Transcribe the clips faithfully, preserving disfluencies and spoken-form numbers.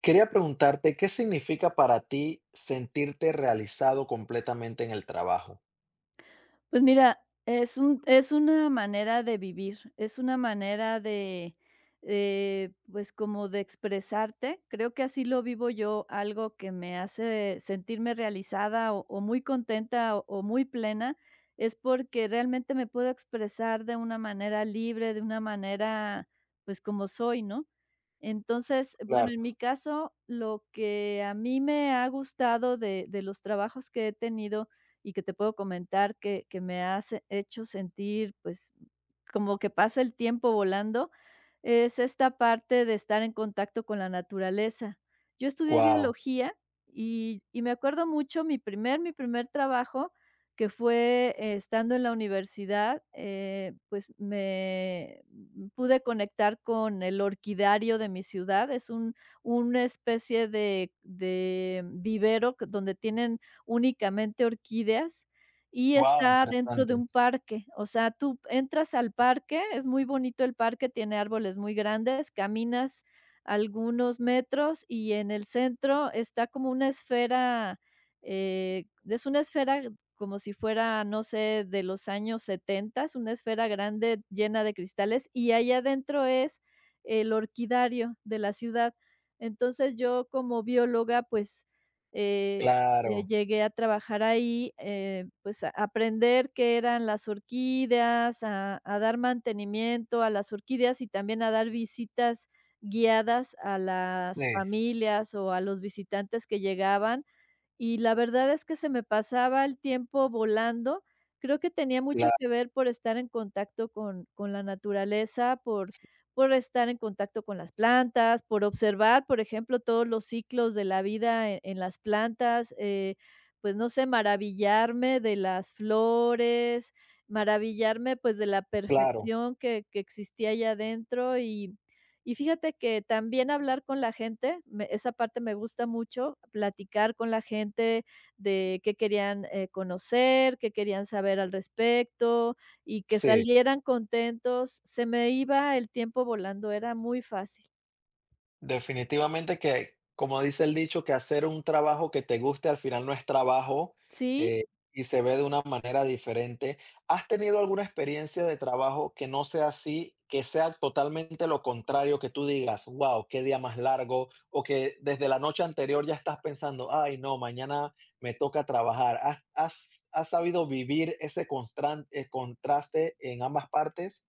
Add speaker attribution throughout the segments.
Speaker 1: Quería preguntarte, ¿qué significa para ti sentirte realizado completamente en el trabajo?
Speaker 2: Pues mira, es un es una manera de vivir, es una manera de, eh, pues, como de expresarte. Creo que así lo vivo yo, algo que me hace sentirme realizada o o muy contenta o o muy plena, es porque realmente me puedo expresar de una manera libre, de una manera, pues, como soy, ¿no? Entonces,
Speaker 1: Claro.
Speaker 2: bueno, en mi caso, lo que a mí me ha gustado de de los trabajos que he tenido y que te puedo comentar que que me has hecho sentir, pues, como que pasa el tiempo volando es esta parte de estar en contacto con la naturaleza. Yo estudié
Speaker 1: Wow.
Speaker 2: biología y y me acuerdo mucho mi primer mi primer trabajo, que fue eh, estando en la universidad, eh, pues me m- pude conectar con el orquidario de mi ciudad. Es un una especie de de vivero que- donde tienen únicamente orquídeas y
Speaker 1: Wow,
Speaker 2: está dentro de
Speaker 1: interesante.
Speaker 2: un parque. O sea, tú entras al parque, es muy bonito el parque, tiene árboles muy grandes, caminas algunos metros y en el centro está como una esfera, eh, es una esfera como si fuera, no sé, de los años setenta, una esfera grande llena de cristales y allá adentro es el orquidario de la ciudad. Entonces yo como bióloga, pues, eh, eh,
Speaker 1: Claro,
Speaker 2: llegué a trabajar ahí, eh, pues, a aprender qué eran las orquídeas, a a dar mantenimiento a las orquídeas y también a dar visitas guiadas a
Speaker 1: sí,
Speaker 2: las familias o a los visitantes que llegaban, y la verdad es que se me pasaba el tiempo volando. Creo que tenía mucho
Speaker 1: cla-
Speaker 2: que ver por estar en contacto con con la naturaleza, por por estar en contacto con las plantas, por observar, por ejemplo, todos los ciclos de la vida en en las plantas, eh, pues, no sé, maravillarme de las flores, maravillarme, pues, de la
Speaker 1: claro,
Speaker 2: perfección que que existía allá adentro y y fíjate que también hablar con la gente, me esa parte me gusta mucho, platicar con la gente de qué querían, eh, conocer, qué querían saber al respecto y que
Speaker 1: sí.
Speaker 2: salieran contentos. Se me iba el tiempo volando, era muy fácil.
Speaker 1: Definitivamente que, como dice el dicho, que hacer un trabajo que te guste al final no es trabajo,
Speaker 2: Sí.
Speaker 1: eh, y se ve de una manera diferente. ¿Has tenido alguna experiencia de trabajo que no sea así, que sea totalmente lo contrario, que tú digas, wow, qué día más largo, o que desde la noche anterior ya estás pensando, ay, no, mañana me toca trabajar? ¿Has, has- has sabido vivir ese constran- eh, contraste en ambas partes?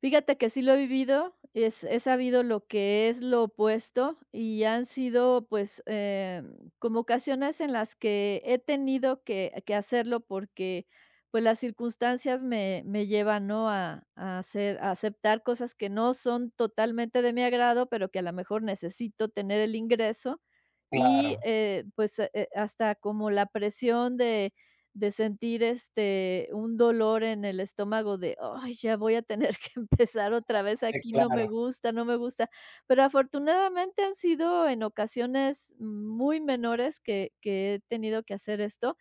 Speaker 2: Fíjate que sí lo he vivido, es he sabido lo que es lo opuesto y han sido, pues, em, como ocasiones en las que he tenido que que hacerlo porque, pues, las circunstancias me me llevan, ¿no?, a a hacer a aceptar cosas que no son totalmente de mi agrado, pero que a lo mejor necesito tener el ingreso y,
Speaker 1: Claro.
Speaker 2: eh, pues, eh, eh, hasta como la presión de de sentir, este, un dolor en el estómago de: "Ay, ya voy a tener que empezar otra vez
Speaker 1: eh,
Speaker 2: aquí, no
Speaker 1: claro,
Speaker 2: me gusta, no me gusta". Pero afortunadamente han sido en ocasiones muy menores que que he tenido que hacer esto.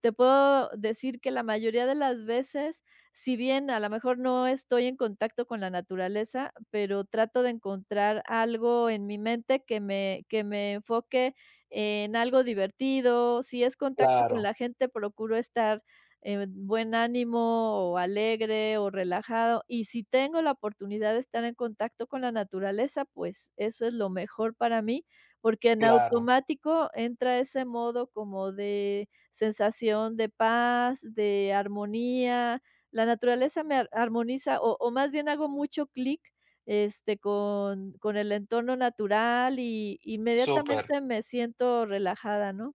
Speaker 2: Te puedo decir que la mayoría de las veces, si bien a lo mejor no estoy en contacto con la naturaleza, pero trato de encontrar algo en mi mente que me que me enfoque en algo divertido. Si es contacto con
Speaker 1: claro,
Speaker 2: la gente, procuro estar en buen ánimo o alegre o relajado. Y si tengo la oportunidad de estar en contacto con la naturaleza, pues eso es lo mejor para mí, porque en
Speaker 1: claro.
Speaker 2: automático entra ese modo como de sensación de paz, de armonía. La naturaleza me ar- armoniza o, o más bien hago mucho clic este, con con el entorno natural y
Speaker 1: Súper.
Speaker 2: inmediatamente me siento relajada, ¿no?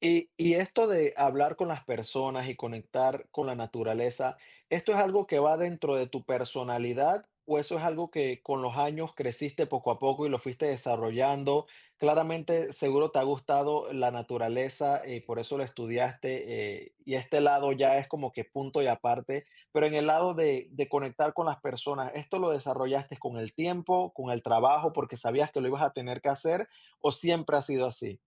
Speaker 1: Y, y esto de hablar con las personas y conectar con la naturaleza, ¿esto es algo que va dentro de tu personalidad o eso es algo que con los años creciste poco a poco y lo fuiste desarrollando? Claramente, seguro te ha gustado la naturaleza y por eso lo estudiaste, eh, y este lado ya es como que punto y aparte, pero en el lado de, de conectar con las personas, ¿esto lo desarrollaste con el tiempo, con el trabajo, porque sabías que lo ibas a tener que hacer o siempre ha sido así?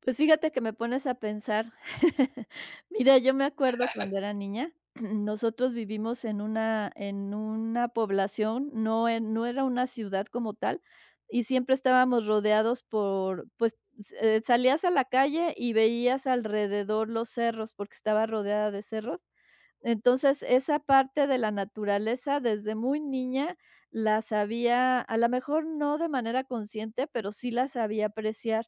Speaker 2: Pues fíjate que me pones a pensar. Mira, yo me acuerdo cuando era niña, nosotros vivimos en una en una población, no en no era una ciudad como tal, y siempre estábamos rodeados por, pues, s eh, salías a la calle y veías alrededor los cerros, porque estaba rodeada de cerros. Entonces, esa parte de la naturaleza desde muy niña la sabía, a lo mejor no de manera consciente, pero sí la sabía apreciar.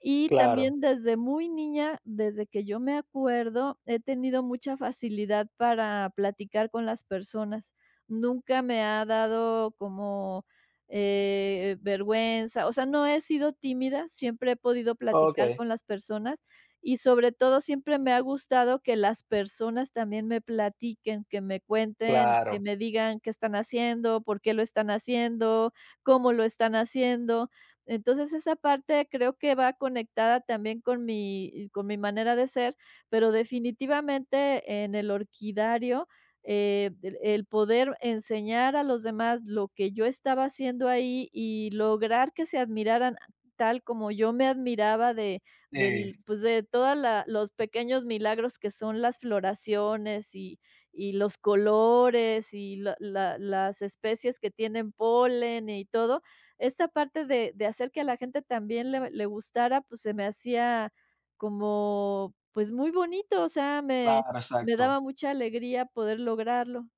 Speaker 2: Y
Speaker 1: Claro.
Speaker 2: también desde muy niña, desde que yo me acuerdo, he tenido mucha facilidad para platicar con las personas. Nunca me ha dado como eh, vergüenza, o sea, no he sido tímida, siempre he podido
Speaker 1: Ok.
Speaker 2: platicar con las personas y sobre todo, siempre me ha gustado que las personas también me platiquen, que me cuenten, que
Speaker 1: Claro,
Speaker 2: me digan qué están haciendo, por qué lo están haciendo, cómo lo están haciendo. Entonces, esa parte creo que va conectada también con mi con mi manera de ser, pero definitivamente en el orquidario, eh, el el poder enseñar a los demás lo que yo estaba haciendo ahí y lograr que se admiraran tal como yo me admiraba de
Speaker 1: sí,
Speaker 2: del pues, de toda los pequeños milagros que son las floraciones y y los colores y la la las especies que tienen polen y todo. Esta parte de de hacer que a la gente también le le gustara, pues, se me hacía como, pues, muy bonito, o sea, me
Speaker 1: claro,
Speaker 2: me
Speaker 1: exacto.
Speaker 2: daba mucha alegría poder lograrlo.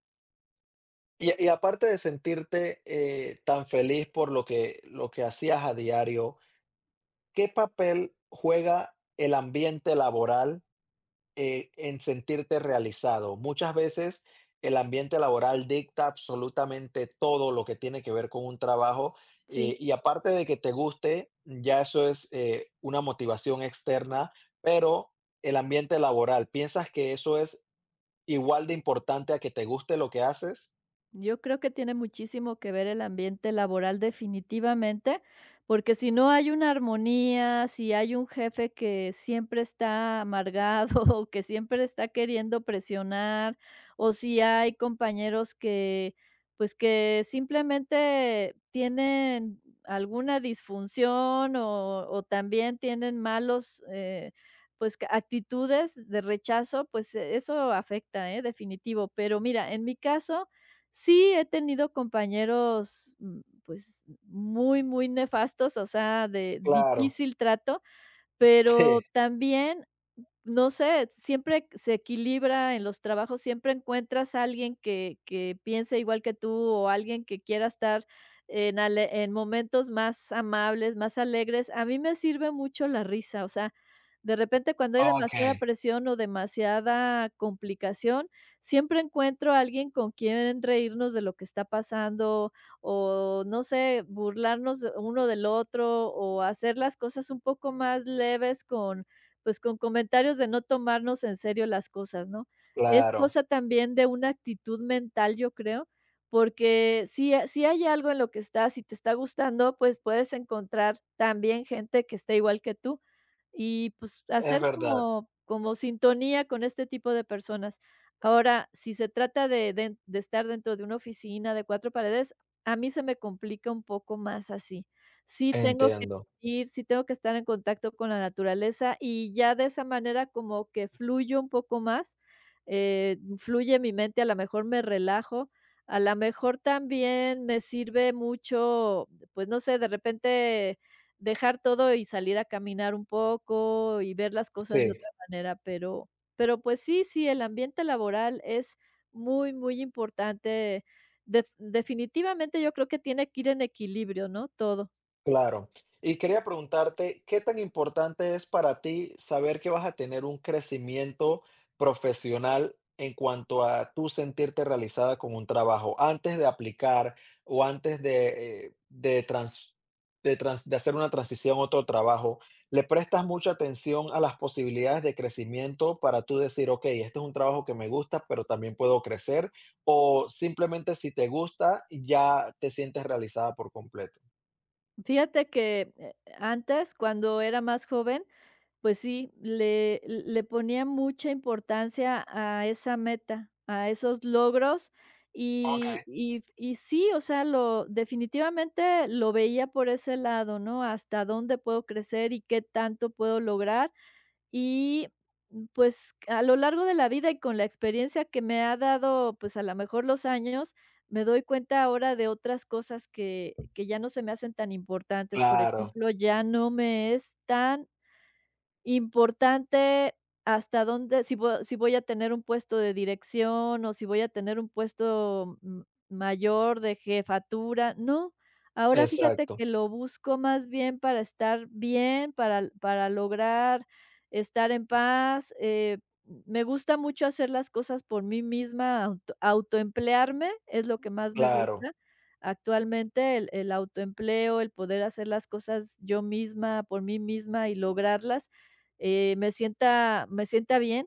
Speaker 1: Y y aparte de sentirte, eh, tan feliz por lo que lo que hacías a diario, ¿qué papel juega el ambiente laboral, eh, en sentirte realizado? Muchas veces el ambiente laboral dicta absolutamente todo lo que tiene que ver con un trabajo,
Speaker 2: Sí.
Speaker 1: eh, y aparte de que te guste, ya eso es, eh, una motivación externa, pero el ambiente laboral, ¿piensas que eso es igual de importante a que te guste lo que haces?
Speaker 2: Yo creo que tiene muchísimo que ver el ambiente laboral definitivamente, porque si no hay una armonía, si hay un jefe que siempre está amargado o que siempre está queriendo presionar, o si hay compañeros que, pues que simplemente tienen alguna disfunción o, o también tienen malos, eh, pues que- actitudes de rechazo, pues eh, eso afecta, ¿eh? Definitivo. Pero mira, en mi caso. Sí, he tenido compañeros, mm, pues, muy, muy nefastos, o sea, de
Speaker 1: Claro,
Speaker 2: difícil trato, pero
Speaker 1: sí.
Speaker 2: también no sé, siempre se equilibra en los trabajos, siempre encuentras a alguien que que piense igual que tú o alguien que quiera estar en ale en momentos más amables, más alegres. A mí me sirve mucho la risa, o sea, de repente, cuando hay demasiada
Speaker 1: Okey.
Speaker 2: presión o demasiada complicación, siempre encuentro a alguien con quien reírnos de lo que está pasando o, no sé, burlarnos de- uno del otro o hacer las cosas un poco más leves con pues, con comentarios de no tomarnos en serio las cosas, ¿no? Es
Speaker 1: Claro,
Speaker 2: cosa también de una actitud mental, yo creo, porque si ha si hay algo en lo que estás y te está gustando, pues, puedes encontrar también gente que esté igual que tú y, pues,
Speaker 1: es
Speaker 2: hacer
Speaker 1: verdad,
Speaker 2: como como sintonía con este tipo de personas. Ahora, si se trata de de de estar dentro de una oficina de cuatro paredes, a mí se me complica un poco más así. Sí tengo que
Speaker 1: entiendo.
Speaker 2: Ir, sí tengo que estar en contacto con la naturaleza y ya de esa manera como que fluyo un poco más, eh, fluye mi mente, a la mejor me relajo, a la mejor también me sirve mucho, pues, no sé, de repente dejar todo y salir a caminar un poco y ver las cosas de
Speaker 1: Sí.
Speaker 2: otra manera, pero pero, pues, sí, sí, el ambiente laboral es muy, muy importante. Def definitivamente yo creo que tiene que ir en equilibrio, ¿no? Todo.
Speaker 1: Claro. Y quería preguntarte, ¿qué tan importante es para ti saber que vas a tener un crecimiento profesional en cuanto a tú sentirte realizada con un trabajo? Antes de aplicar o antes de, eh, de, trans- de, trans- de hacer una transición a otro trabajo, ¿le prestas mucha atención a las posibilidades de crecimiento para tú decir, ok, este es un trabajo que me gusta, pero también puedo crecer? ¿O simplemente si te gusta, ya te sientes realizada por completo?
Speaker 2: Fíjate que, eh, antes, cuando era más joven, pues sí, le le ponía mucha importancia a esa meta, a esos logros, y y y sí, o sea, lo definitivamente lo veía por ese lado, ¿no? Hasta dónde puedo crecer y qué tanto puedo lograr, y, mm, pues, a lo largo de la vida y con la experiencia que me ha dado, pues, a lo mejor los años, me doy cuenta ahora de otras cosas que que ya no se me hacen tan importantes. Por
Speaker 1: Claro,
Speaker 2: ejemplo, ya no me es tan importante hasta dónde, si vo si voy a tener un puesto de dirección o si voy a tener un puesto m mayor de jefatura, no. Ahora fíjate
Speaker 1: exacto,
Speaker 2: que lo busco más bien para estar bien, para para lograr estar en paz, eh, me gusta mucho hacer las cosas por mí misma, auto autoemplearme, es lo que más me
Speaker 1: claro,
Speaker 2: gusta. Actualmente el el autoempleo, el poder hacer las cosas yo misma, por mí misma y lograrlas, eh, me sienta me sienta bien.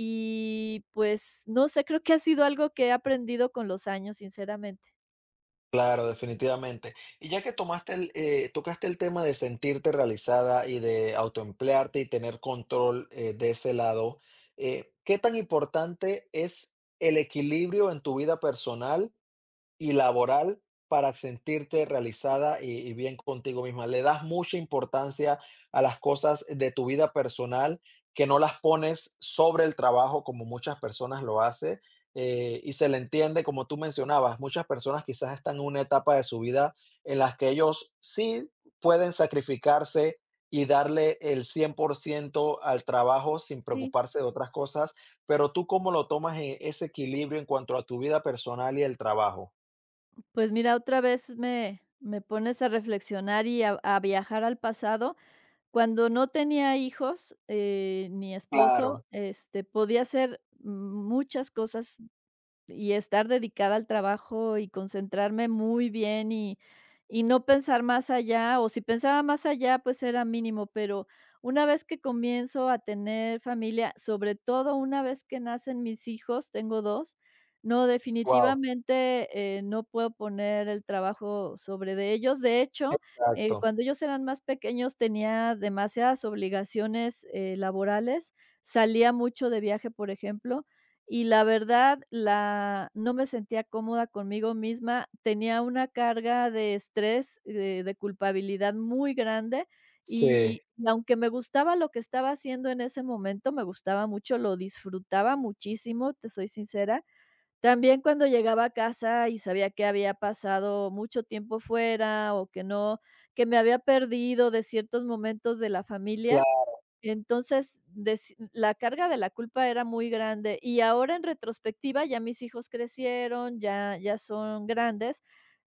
Speaker 2: Y, pues, no sé, creo que ha sido algo que he aprendido con los años, sinceramente.
Speaker 1: claro, definitivamente. Y ya que tomaste el, eh, tocaste el tema de sentirte realizada y de autoemplearte y tener control, eh, de ese lado, eh, ¿qué tan importante es el equilibrio en tu vida personal y laboral para sentirte realizada y y bien contigo misma? Le das mucha importancia a las cosas de tu vida personal, que no las pones sobre el trabajo como muchas personas lo hacen, eh, y se le entiende, como tú mencionabas, muchas personas quizás están en una etapa de su vida en las que ellos sí pueden sacrificarse y darle el cien por ciento al trabajo sin
Speaker 2: Sí.
Speaker 1: preocuparse de otras cosas, pero, ¿tú cómo lo tomas, eh, ese equilibrio en cuanto a tu vida personal y el trabajo?
Speaker 2: Pues mira, otra vez me me pones a reflexionar y a a viajar al pasado. Cuando no tenía hijos, eh, ni esposo,
Speaker 1: Claro,
Speaker 2: este, podía hacer muchas cosas y estar dedicada al trabajo y concentrarme muy bien y y no pensar más allá, o si pensaba más allá, pues era mínimo, pero una vez que comienzo a tener familia, sobre todo una vez que nacen mis hijos, tengo dos. No,
Speaker 1: wow,
Speaker 2: definitivamente, eh, no puedo poner el trabajo sobre de ellos. De hecho, eh,
Speaker 1: exacto.
Speaker 2: cuando ellos eran más pequeños tenía demasiadas obligaciones, eh, laborales, salía mucho de viaje, por ejemplo, y la verdad, la no me sentía cómoda conmigo misma, tenía una carga de estrés, de de culpabilidad muy grande,
Speaker 1: Sí,
Speaker 2: y y aunque me gustaba lo que estaba haciendo en ese momento, me gustaba mucho, lo disfrutaba muchísimo, te soy sincera. También cuando llegaba a casa y sabía que había pasado mucho tiempo fuera o que no que me había perdido de ciertos momentos de la familia,
Speaker 1: claro,
Speaker 2: entonces, deci la carga de la culpa era muy grande, y ahora en retrospectiva, ya mis hijos crecieron, ya ya son grandes.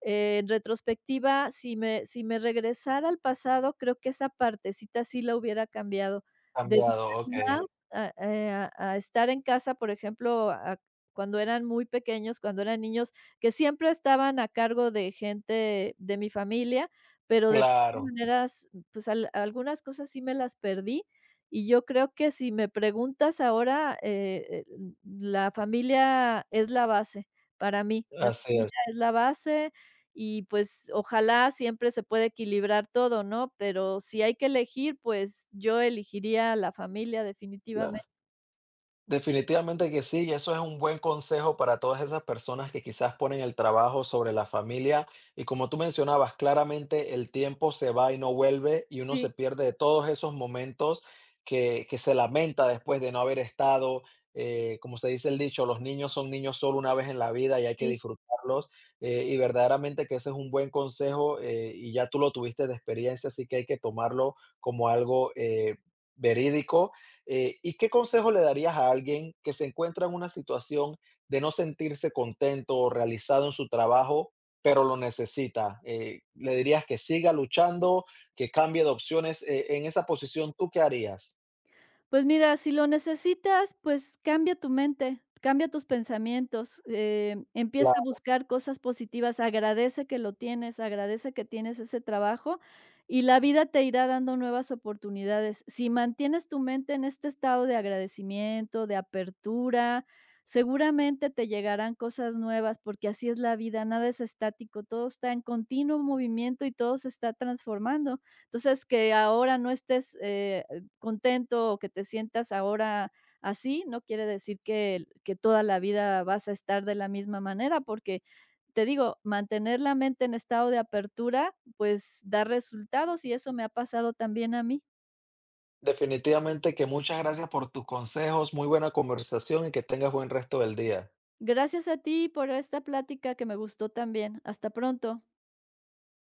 Speaker 2: Eh, En retrospectiva, si me si me regresara al pasado, creo que esa partecita sí la hubiera cambiado.
Speaker 1: cambiado,
Speaker 2: Dedicar más
Speaker 1: okey,
Speaker 2: a, eh, a a estar en casa, por ejemplo, a cuando eran muy pequeños, cuando eran niños, que siempre estaban a cargo de gente de mi familia, pero de todas
Speaker 1: claro,
Speaker 2: maneras, pues, al algunas cosas sí me las perdí, y yo creo que si me preguntas ahora, eh, eh, la familia es la base para mí, la
Speaker 1: así
Speaker 2: familia
Speaker 1: es,
Speaker 2: es la base y, pues, ojalá siempre se puede equilibrar todo, ¿no? Pero si hay que elegir, pues, yo elegiría la familia
Speaker 1: claro.
Speaker 2: definitivamente.
Speaker 1: Definitivamente que sí, y eso es un buen consejo para todas esas personas que quizás ponen el trabajo sobre la familia. Y como tú mencionabas, claramente el tiempo se va y no vuelve y uno
Speaker 2: Sí,
Speaker 1: se pierde de todos esos momentos que, que se lamenta después de no haber estado. Eh, como se dice el dicho, los niños son niños solo una vez en la vida y hay que
Speaker 2: sí.
Speaker 1: disfrutarlos. Eh, y verdaderamente que ese es un buen consejo, eh, y ya tú lo tuviste de experiencia, así que hay que tomarlo como algo, eh, verídico. eh, ¿y qué consejo le darías a alguien que se encuentra en una situación de no sentirse contento o realizado en su trabajo, pero lo necesita? Eh, ¿le dirías que siga luchando, que cambie de opciones? Eh, en esa posición, ¿tú qué harías?
Speaker 2: Pues mira, si lo necesitas, pues cambia tu mente, cambia tus pensamientos, eh, empieza a
Speaker 1: Claro,
Speaker 2: buscar cosas positivas, agradece que lo tienes, agradece que tienes ese trabajo y la vida te irá dando nuevas oportunidades. Si mantienes tu mente en este estado de agradecimiento, de apertura, seguramente te llegarán cosas nuevas porque así es la vida, nada es estático, todo está en continuo movimiento y todo se está transformando. Entonces, que ahora no estés eh, contento o que te sientas ahora así, no quiere decir que, que toda la vida vas a estar de la misma manera, porque te digo, mantener la mente en estado de apertura, pues da resultados y eso me ha pasado también a mí.
Speaker 1: definitivamente que muchas gracias por tus consejos, muy buena conversación y que tengas buen resto del día.
Speaker 2: Gracias a ti por esta plática que me gustó también. Hasta pronto.